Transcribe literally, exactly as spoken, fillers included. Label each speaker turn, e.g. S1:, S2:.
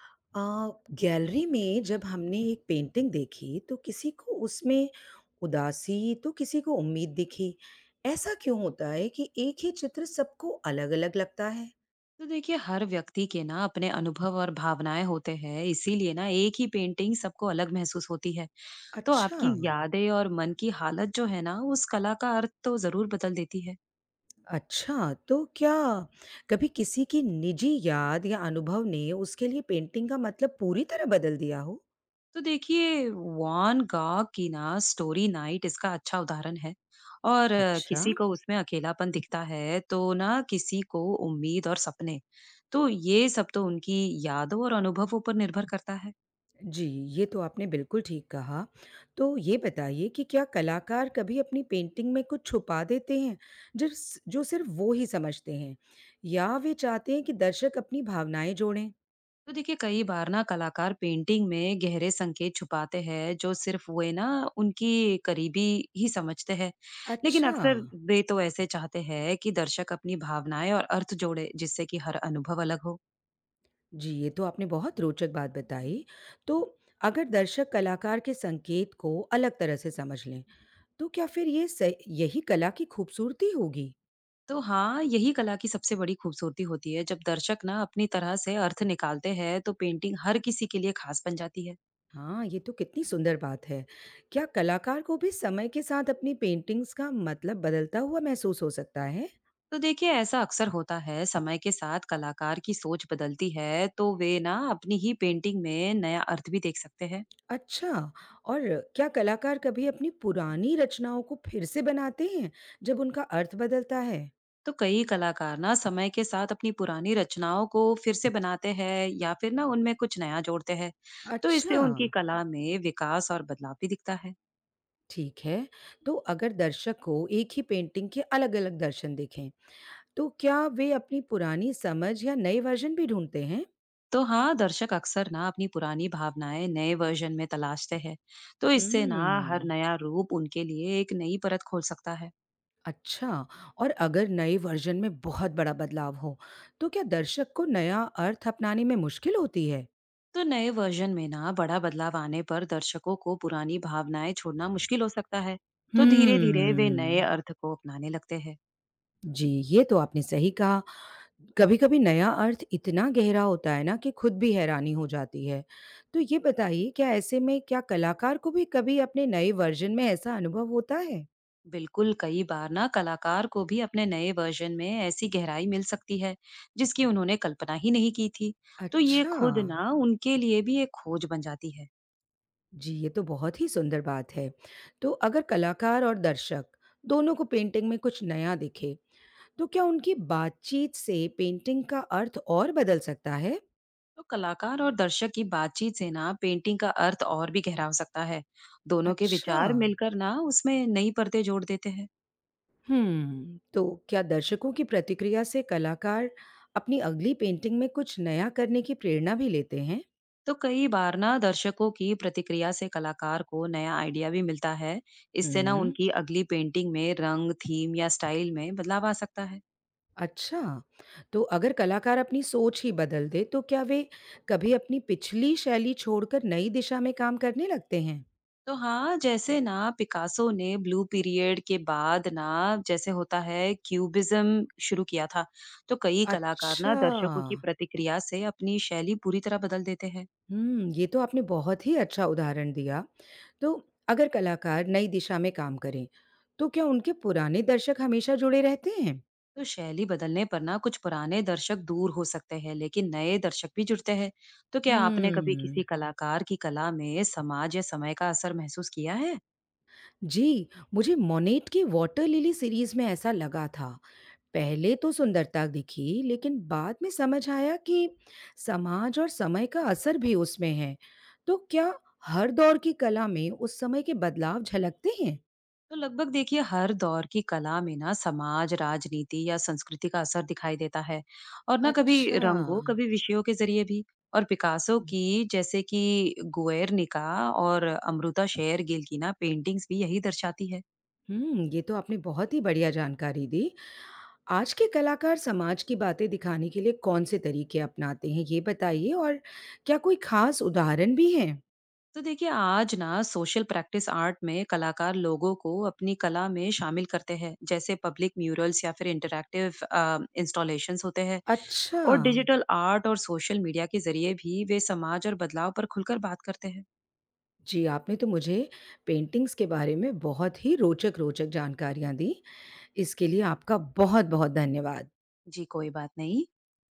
S1: अ, gallery में जब हमने एक पेंटिंग देखी तो किसी को उसमें उदासी तो किसी को उम्मीद दिखी। ऐसा क्यों होता है कि एक ही चित्र सबको अलग-अलग लगता है?
S2: तो देखिए, हर व्यक्ति के ना अपने अनुभव और भावनाएं होते हैं, इसीलिए ना एक ही पेंटिंग सबको अलग महसूस होती है। तो
S1: अच्छा।
S2: आपकी यादें और मन की हालत जो है ना, उस कला का अर्थ तो जरूर बदल देती है।
S1: अच्छा, तो क्या कभी किसी की निजी याद या अनुभव ने उसके लिए पेंटिंग का मतलब पूरी तरह बदल दिया हो?
S2: तो देखिए, वॉन गॉग की ना स्टोरी नाइट इसका अच्छा उदाहरण है। और अ,
S1: अच्छा।
S2: किसी को उसमें अकेलापन दिखता है तो ना किसी को उम्मीद और सपने। तो ये सब तो उनकी यादों और अनुभवों पर निर्भर करता है।
S1: जी, ये तो आपने बिल्कुल ठीक कहा। तो ये बताइए कि क्या कलाकार कभी अपनी पेंटिंग में कुछ छुपा देते हैं, जिस जो सिर्फ़ वो ही समझते हैं? या वे चाहते हैं कि दर्शक अपनी भावनाएँ जोड़ें?
S2: तो देखिए, कई बार ना कलाकार पेंटिंग में गहरे संकेत छुपाते हैं, जो सिर्फ वे ना उनकी करीबी ही समझते हैं। लेकिन
S1: अच्छा।
S2: अक्सर वे तो ऐसे चाहते हैं कि दर्शक अपनी भावनाएं और अर्थ जोड़े, जिससे कि हर अनुभव अलग हो।
S1: जी, ये तो आपने बहुत रोचक बात बताई। तो अगर दर्शक कलाकार के संकेत को अलग तरह से समझ लें, तो क्या फिर ये सही यही कला की खूबसूरती होगी?
S2: तो हाँ, यही कला की सबसे बड़ी खूबसूरती होती है, जब दर्शक ना अपनी तरह से अर्थ निकालते हैं तो पेंटिंग हर किसी के लिए खास बन जाती है।
S1: हाँ, ये तो कितनी सुंदर बात है। क्या कलाकार को भी समय के साथ अपनी पेंटिंग्स का मतलब बदलता हुआ महसूस हो सकता है?
S2: तो देखिए, ऐसा अक्सर होता है, समय के साथ कलाकार की सोच बदलती है तो वे ना अपनी ही पेंटिंग में नया अर्थ भी देख सकते हैं।
S1: अच्छा। और क्या कलाकार कभी अपनी पुरानी रचनाओं को फिर से बनाते हैं जब उनका अर्थ बदलता है?
S2: तो कई कलाकार ना समय के साथ अपनी पुरानी रचनाओं को फिर से बनाते हैं या फिर ना उनमें कुछ नया जोड़ते हैं। तो इससे
S1: अच्छा।
S2: उनकी कला में विकास और बदलाव भी दिखता है।
S1: ठीक है। तो अगर दर्शक को एक ही पेंटिंग के अलग-अलग दर्शन दिखें, तो क्या वे अपनी पुरानी समझ या नए वर्जन भी ढूँढते हैं?
S2: तो हाँ, दर्शक अक्सर ना अपनी पुरानी भावनाएं नए वर्जन में तलाशते हैं। तो इससे ना हर
S1: हुँ।
S2: नया रूप उनके लिए एक नई परत खोल सकता है।
S1: अच्छा, और अगर नए वर्जन में बहुत बड़ा बदलाव हो, तो क्या दर्शक को नया अर्थ अपनाने में मुश्किल होती है?
S2: तो नए वर्जन में ना बड़ा बदलाव आने पर दर्शकों को पुरानी भावनाएं छोड़ना मुश्किल हो सकता है। तो धीरे धीरे वे नए
S1: हम्म।
S2: अर्थ को अपनाने लगते हैं।
S1: जी, ये तो आपने सही कहा। कभी-कभी नया अर्थ इतना गहरा होता है ना कि खुद भी हैरानी हो जाती है। तो ये बताइए, क्या ऐसे में क्या कलाकार को भी कभी अपने नए वर्जन में ऐसा अनुभव होता है?
S2: बिल्कुल, कई बार ना कलाकार को भी अपने नए वर्जन में ऐसी गहराई मिल सकती है, जिसकी उन्होंने कल्पना ही नहीं की थी। तो ये
S1: अच्छा।
S2: खुद ना उनके लिए भी एक खोज बन जाती है।
S1: जी, ये तो बहुत ही सुंदर बात है। तो अगर कलाकार और दर्शक दोनों को पेंटिंग में कुछ नया दिखे, तो क्या उनकी बातचीत से पेंटिंग का अर्थ और बदल सकता है?
S2: तो कलाकार और दर्शक की बातचीत से ना पेंटिंग का अर्थ और भी गहरा हो सकता है। दोनों के
S1: अच्छा।
S2: विचार मिलकर ना उसमें नई परतें जोड़ देते हैं।
S1: हम्म, तो क्या दर्शकों की प्रतिक्रिया से कलाकार अपनी अगली पेंटिंग में कुछ नया करने की प्रेरणा भी लेते हैं?
S2: तो कई बार ना दर्शकों की प्रतिक्रिया से कलाकार को नया आइडिया भी मिलता है। इससे ना
S1: हम्म।
S2: उनकी अगली पेंटिंग में रंग, थीम या स्टाइल में बदलाव आ सकता है।
S1: अच्छा। तो अगर कलाकार अपनी सोच ही बदल दे, तो क्या वे कभी अपनी पिछली शैली छोड़कर नई दिशा में काम करने लगते हैं?
S2: तो हाँ, जैसे ना पिकासो ने ब्लू पीरियड के बाद ना जैसे होता है क्यूबिज्म शुरू किया था, तो कई कलाकार
S1: अच्छा।
S2: ना दर्शकों की प्रतिक्रिया से अपनी शैली पूरी तरह बदल देते हैं।
S1: हुँ, ये तो आपने बहुत ही अच्छा उदाहरण दिया। तो अगर कलाकार नई दिशा में काम करें, तो क्या उनके पुराने दर्शक हमेशा जुड़े रहते हैं?
S2: तो शैली बदलने पर ना कुछ पुराने दर्शक दूर हो सकते हैं, लेकिन नए दर्शक भी जुड़ते हैं। तो क्या आपने कभी किसी
S1: हुँ।
S2: कलाकार की कला में समाज या समय का असर महसूस किया है?
S1: जी, मुझे मोनेट की वाटर लिली सीरीज़ में ऐसा लगा था। पहले तो सुंदरता दिखी, लेकिन बाद में समझ आया कि समाज और समय का असर भी उसमें है। तो क्या हर दौर की कला में उस समय के बदलाव झलकते हैं?
S2: तो लगभग देखिए, हर दौर की कला में ना समाज, राजनीति या संस्कृति का असर दिखाई देता है। और ना कभी
S1: अच्छा।
S2: रंगों, कभी विषयों के जरिए भी। और पिकासो की जैसे कि गुएर्निका, और अमृता शेर गिल की ना पेंटिंग्स भी यही दर्शाती है।
S1: हुँ, ये तो आपने बहुत ही बढ़िया जानकारी दी। आज के कलाकार समाज की बातें दिखाने के लिए कौन-से तरीके अपनाते हैं, ये बताइए, और क्या कोई ख़ास उदाहरण भी हैं?
S2: तो देखिए, आज ना सोशल प्रैक्टिस आर्ट में कलाकार लोगों को अपनी कला में शामिल करते हैं, जैसे पब्लिक म्यूरल्स या फिर इंटरैक्टिव इंस्टॉलेशंस होते हैं।
S1: अच्छा।
S2: और डिजिटल आर्ट और सोशल मीडिया के जरिए भी वे समाज और बदलाव पर खुलकर बात करते हैं।
S1: जी, आपने तो मुझे पेंटिंग्स के बारे में बहुत ही रोचक-रोचक जानकारियाँ दी। इसके लिए आपका बहुत-बहुत धन्यवाद।
S2: जी, कोई बात नहीं।